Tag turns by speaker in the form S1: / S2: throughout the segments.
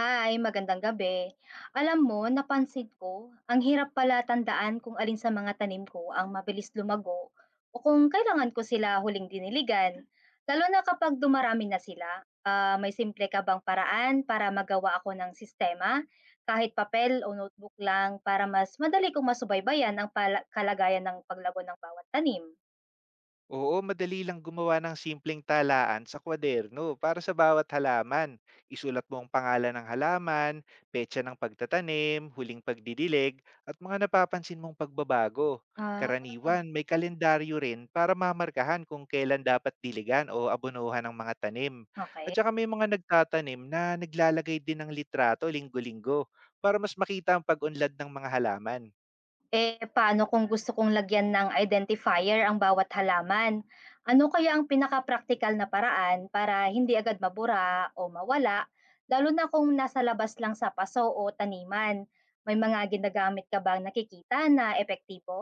S1: Hi, magandang gabi. Alam mo, napansin ko, ang hirap pala tandaan kung alin sa mga tanim ko ang mabilis lumago o kung kailangan ko sila huling diniligan. Lalo na kapag dumarami na sila, may simple ka bang paraan para magawa ako ng sistema, kahit papel o notebook lang, para mas madali kong masubaybayan ang kalagayan ng paglago ng bawat tanim?
S2: Oo, madali lang gumawa ng simpleng talaan sa kwaderno para sa bawat halaman. Isulat mo ang pangalan ng halaman, petsa ng pagtatanim, huling pagdidilig, at mga napapansin mong pagbabago.
S1: Ah,
S2: Karaniwan, may kalendaryo rin para mamarkahan kung kailan dapat diligan o abonohan ng mga tanim. At
S1: okay.
S2: saka may mga nagtatanim na naglalagay din ng litrato linggo-linggo para mas makita ang pag-unlad ng mga halaman.
S1: Eh, paano kung gusto kong lagyan ng identifier ang bawat halaman? Ano kaya ang pinaka-practical na paraan para hindi agad mabura o mawala, lalo na kung nasa labas lang sa paso o taniman? May mga ginagamit ka bang nakikita na epektibo?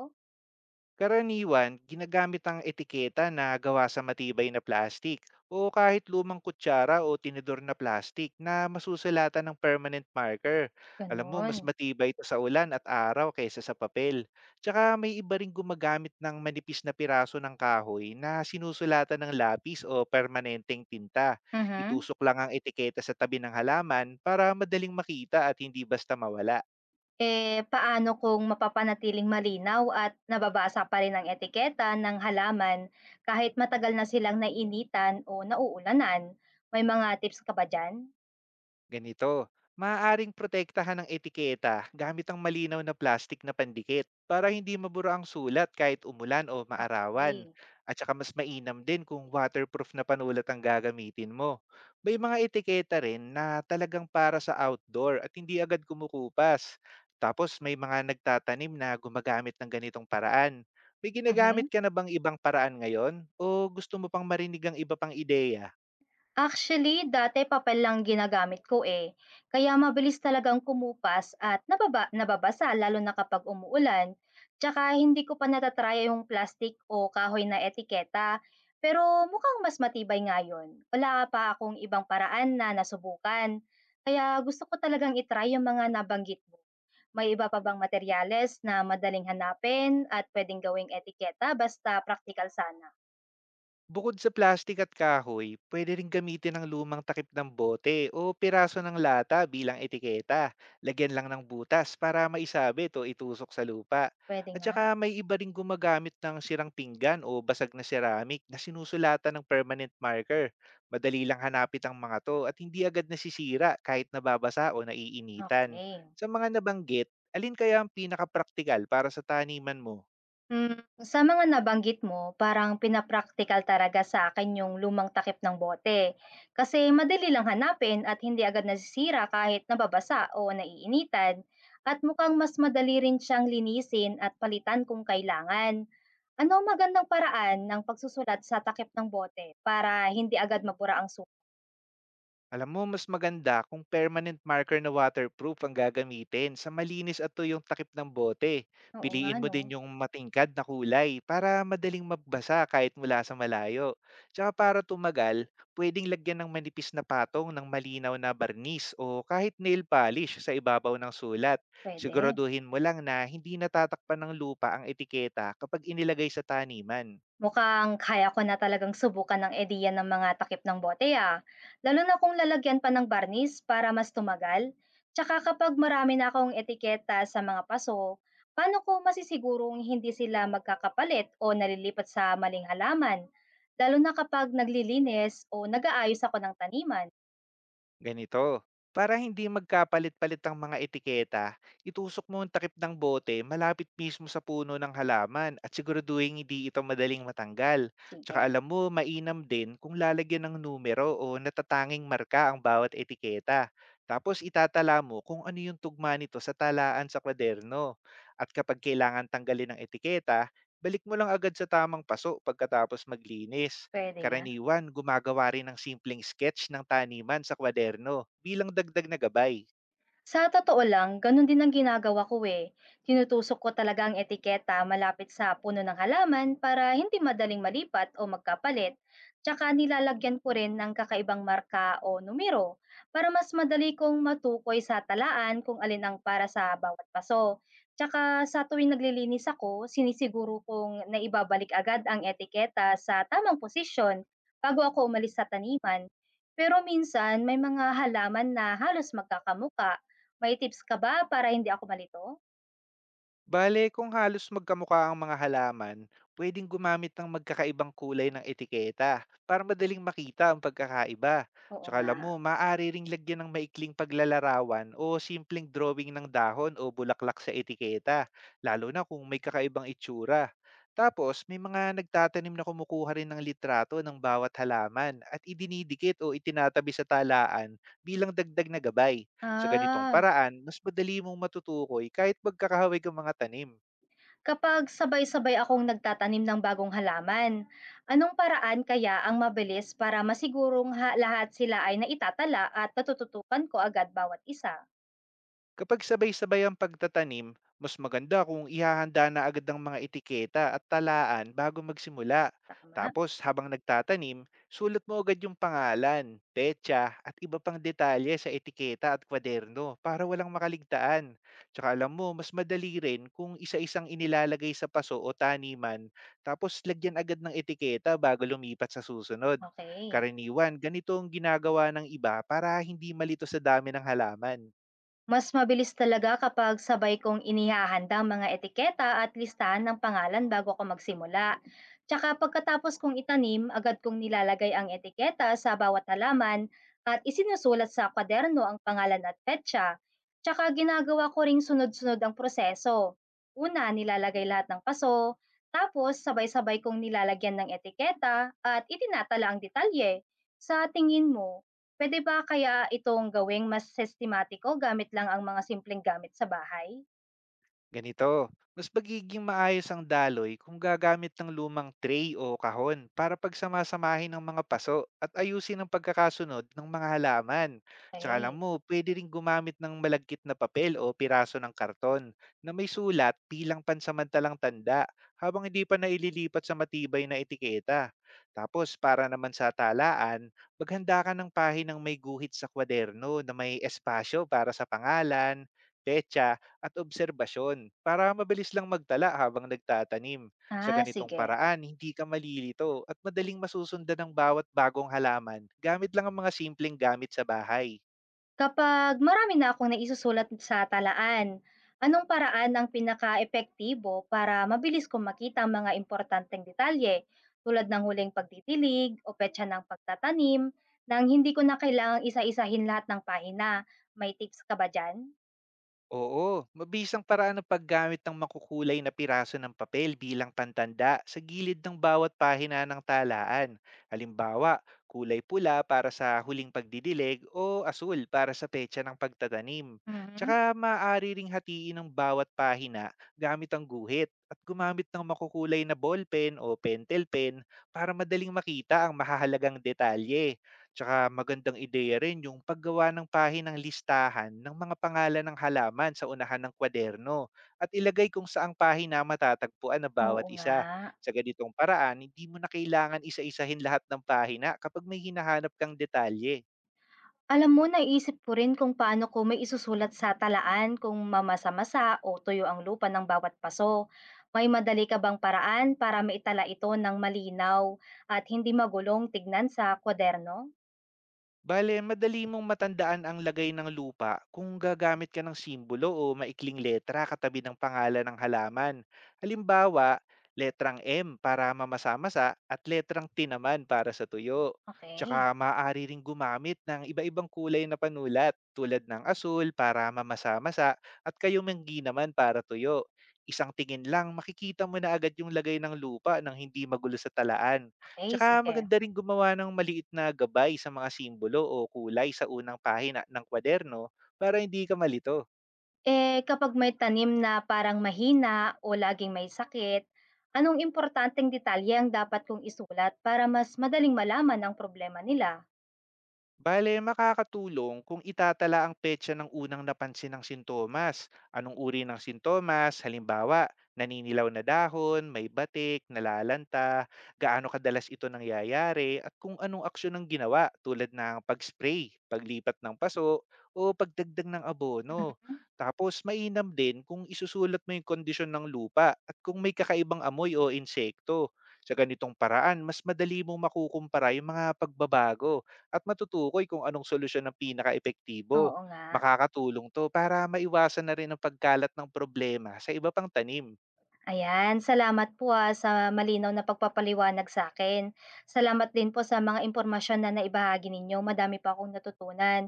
S2: Karaniwan, ginagamit ang etiketa na gawa sa matibay na plastik o kahit lumang kutsara o tinidor na plastik na masusulatan ng permanent marker. Alam mo, mas
S1: Ganun.
S2: matibay ito sa ulan at araw kaysa sa papel. Tsaka may iba ring gumagamit ng manipis na piraso ng kahoy na sinusulatan ng lapis o permanenteng tinta.
S1: Mhm.
S2: Itusok lang ang etiketa sa tabi ng halaman para madaling makita at hindi basta mawala.
S1: Eh, paano kung mapapanatiling malinaw at nababasa pa rin ang etiketa ng halaman kahit matagal na silang nainitan o nauulanan? May mga tips ka ba dyan?
S2: Ganito, maaaring protektahan ng etiketa gamit ang malinaw na plastic na pandikit para hindi mabura ang sulat kahit umulan o maarawan.
S1: Okay.
S2: At saka mas mainam din kung waterproof na panulat ang gagamitin mo. May mga etiketa rin na talagang para sa outdoor at hindi agad kumukupas. Tapos may mga nagtatanim na gumagamit ng ganitong paraan. May
S1: Mhm.
S2: ginagamit ka na bang ibang paraan ngayon o gusto mo pang marinig ang iba pang ideya?
S1: Actually, dati papel lang ginagamit ko, eh. Kaya mabilis talagang kumupas at nababasa lalo na kapag umuulan. Tsaka hindi ko pa natatrya yung plastic o kahoy na etiketa, pero mukhang mas matibay ngayon. Wala pa akong ibang paraan na nasubukan, kaya gusto ko talagang i-try yung mga nabanggit mo. May iba pa bang materyales na madaling hanapin at pwedeng gawing etiketa basta practical sana?
S2: Bukod sa plastik at kahoy, pwede rin gamitin ang lumang takip ng bote o piraso ng lata bilang etiketa. Lagyan lang ng butas para maisabit o itusok sa lupa.
S1: Puwede
S2: At
S1: nga?
S2: saka may iba rin gumagamit ng sirang pinggan o basag na ceramic na sinusulatan ng permanent marker. Madali lang hanapit ang mga to at hindi agad nasisira kahit nababasa o naiinitan.
S1: Okay.
S2: Sa mga nabanggit, alin kaya ang pinakapraktikal para sa taniman mo?
S1: Hmm, sa mga nabanggit mo, parang pinapraktikal talaga sa akin yung lumang takip ng bote. Kasi madali lang hanapin at hindi agad nasisira kahit nababasa o naiinitan. At mukhang mas madali rin siyang linisin at palitan kung kailangan. Ano ang magandang paraan ng pagsusulat sa takip ng bote para hindi agad mapura ang sulat?
S2: Alam mo, mas maganda kung permanent marker na waterproof ang gagamitin sa malinis at tuyong takip ng bote.
S1: Oo nga
S2: Piliin mo
S1: no,
S2: din yung matingkad na kulay para madaling magbasa kahit mula sa malayo. Tsaka para tumagal, pwedeng lagyan ng manipis na patong ng malinaw na barnis o kahit nail polish sa ibabaw ng sulat.
S1: pwede.
S2: Siguraduhin mo lang na hindi natatakpan ng lupa ang etiketa kapag inilagay sa taniman.
S1: Mukhang kaya ko na talagang subukan ng ideya ng mga takip ng bote ah. Lalo na kung lalagyan pa ng barnis para mas tumagal. Tsaka kapag marami na akong etiketa sa mga paso, paano ko masisigurong hindi sila magkakapalit o nalilipat sa maling halaman? Lalo na kapag naglilinis o nag-aayos ako ng taniman.
S2: Ganito, para hindi magkapalit-palit ang mga etiketa, itusok mo ang takip ng bote malapit mismo sa puno ng halaman at siguraduhin hindi ito madaling matanggal. Tsaka
S1: Sige,
S2: alam mo, mainam din kung lalagyan ng numero o natatanging marka ang bawat etiketa. Tapos itatala mo kung ano yung tugma nito sa talaan sa kwaderno. At kapag kailangan tanggalin ng etiketa, balik mo lang agad sa tamang paso pagkatapos maglinis.
S1: pwede nga.
S2: Karaniwan, gumagawa rin ng simpleng sketch ng taniman sa kwaderno bilang dagdag na gabay.
S1: Sa totoo lang, ganun din ang ginagawa ko eh. Tinutusok ko talaga ang etiketa malapit sa puno ng halaman para hindi madaling malipat o magkapalit. Tsaka nilalagyan ko rin ng kakaibang marka o numero para mas madali kong matukoy sa talaan kung alin ang para sa bawat paso. Tsaka sa tuwing naglilinis ako, sinisiguro kong naibabalik agad ang etiketa sa tamang posisyon bago ako umalis sa taniman. Pero minsan may mga halaman na halos magkakamuka, may tips ka ba para hindi ako malito?
S2: Bale, kung halos magkamukha ang mga halaman, pwedeng gumamit ng magkakaibang kulay ng etiketa para madaling makita ang pagkakaiba.
S1: Oo
S2: Tsaka
S1: nga.
S2: alam mo, maaari ring lagyan ng maikling paglalarawan o simpleng drawing ng dahon o bulaklak sa etiketa, lalo na kung may kakaibang itsura. Tapos, may mga nagtatanim na kumukuha rin ng litrato ng bawat halaman at idinidikit o itinatabi sa talaan bilang dagdag na gabay. Sa ganitong
S1: Ah,
S2: paraan, mas madali mong matutukoy kahit magkakahawig ang mga tanim.
S1: kapag sabay-sabay akong nagtatanim ng bagong halaman, anong paraan kaya ang mabilis para masigurong lahat sila ay naitatala at natututukan ko agad bawat isa?
S2: Kapag sabay-sabay ang pagtatanim, mas maganda kung ihahanda na agad ang mga etiketa at talaan bago magsimula.
S1: Tama?
S2: Tapos habang nagtatanim, sulat mo agad yung pangalan, petsa at iba pang detalye sa etiketa at kwaderno para walang makaligtaan. Tsaka alam mo, mas madali rin kung isa-isang inilalagay sa paso o taniman tapos lagyan agad ng etiketa bago lumipat sa susunod.
S1: Okay.
S2: Karaniwan, ganito ang ginagawa ng iba para hindi malito sa dami ng halaman.
S1: Mas mabilis talaga kapag sabay kong inihahanda ang mga etiketa at listahan ng pangalan bago ako magsimula. Tsaka pagkatapos kong itanim, agad kong nilalagay ang etiketa sa bawat halaman at isinusulat sa kwaderno ang pangalan at petsa. Tsaka ginagawa ko ring sunod-sunod ang proseso. Una, nilalagay lahat ng paso, tapos sabay-sabay kong nilalagyan ng etiketa at itinatala ang detalye. Sa tingin mo, puwede ba kaya itong gawing mas sistematiko gamit lang ang mga simpleng gamit sa bahay?
S2: Ganito, mas magiging maayos ang daloy kung gagamit ng lumang tray o kahon para pagsamasamahin ng mga paso at ayusin ang pagkakasunod ng mga halaman. Tsaka alam
S1: Okey.
S2: mo, pwede rin gumamit ng malagkit na papel o piraso ng karton na may sulat bilang pansamantalang tanda habang hindi pa naililipat sa matibay na etiketa. Tapos para naman sa talaan, maghanda ka ng pahinang may guhit sa kwaderno na may espasyo para sa pangalan, petsa at obserbasyon para mabilis lang magtala habang nagtatanim. Sa
S1: Ah,
S2: ganitong
S1: sige.
S2: paraan, hindi ka malilito at madaling masusundan ang bawat bagong halaman gamit lang ang mga simpleng gamit sa bahay.
S1: Kapag marami na akong naisusulat sa talaan, anong paraan ang epektibo para mabilis kong makita ang mga importanteng detalye tulad ng huling pagtitilig o petsa ng pagtatanim nang hindi ko na kailangang isa-isahin lahat ng pahina? May tips ka ba diyan?
S2: Oo, mabisang paraan ng paggamit ng makukulay na piraso ng papel bilang pantanda sa gilid ng bawat pahina ng talaan. Halimbawa, kulay pula para sa huling pagdidilig o asul para sa petsa ng pagtatanim.
S1: Mhm,
S2: Tsaka maaari ring hatiin ang bawat pahina gamit ang guhit at gumamit ng makukulay na ballpen o pentel pen para madaling makita ang mahahalagang detalye. Tsaka magandang ideya rin yung paggawa ng pahinang listahan ng mga pangalan ng halaman sa unahan ng kwaderno at ilagay kung saang pahina matatagpuan na bawat
S1: oo nga.
S2: isa. Sa ganitong paraan, hindi mo na kailangan isa-isahin lahat ng pahina kapag may hinahanap kang detalye.
S1: Alam mo, naisip ko rin kung paano ko may isusulat sa talaan kung mamasa-masa o tuyo ang lupa ng bawat paso. May madali ka bang paraan para maitala ito ng malinaw at hindi magulong tignan sa kwaderno?
S2: Bale, madali mong matandaan ang lagay ng lupa kung gagamit ka ng simbolo o maikling letra katabi ng pangalan ng halaman. Halimbawa, letrang M para mamasa-masa at letrang T naman para sa tuyo.
S1: Okay,
S2: Tsaka maaari ring gumamit ng iba-ibang kulay na panulat tulad ng asul para mamasa-masa at kayumenggi naman para tuyo. Isang tingin lang makikita mo na agad yung lagay ng lupa nang hindi magulo sa talaan.
S1: okay,
S2: Tsaka
S1: sige.
S2: maganda rin gumawa ng maliit na gabay sa mga simbolo o kulay sa unang pahina ng kwaderno para hindi ka malito.
S1: Eh, kapag may tanim na parang mahina o laging may sakit, anong importanteng detalye ang dapat kong isulat para mas madaling malaman ang problema nila?
S2: Bale, makakatulong kung itatala ang petsa ng unang napansin ng sintomas. Anong uri ng sintomas? Halimbawa, naninilaw na dahon, may batik, nalalanta, gaano kadalas ito nangyayari, at kung anong aksyon ang ginawa tulad ng pag-spray, paglipat ng paso, o pagdagdag ng abono.
S1: Mhm.
S2: Tapos, mainam din kung isusulat mo yung kondisyon ng lupa at kung may kakaibang amoy o insekto. Sa ganitong paraan, mas madali mong makukumpara yung mga pagbabago at matutukoy kung anong solusyon ang pinakaepektibo.
S1: Oo nga.
S2: Makakatulong 'to para maiwasan na rin ang pagkalat ng problema sa iba pang tanim.
S1: Ayan, salamat po ah, sa malinaw na pagpapaliwanag sa akin. Salamat din po sa mga impormasyon na naibahagi ninyo, madami pa akong natutunan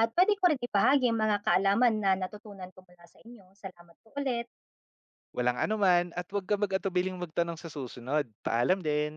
S1: at pwede ko rin ibahagi ang mga kaalaman na natutunan ko mula sa inyo. Salamat po ulit.
S2: Walang anuman at huwag ka mag-atubiling magtanong sa susunod. Paalam din.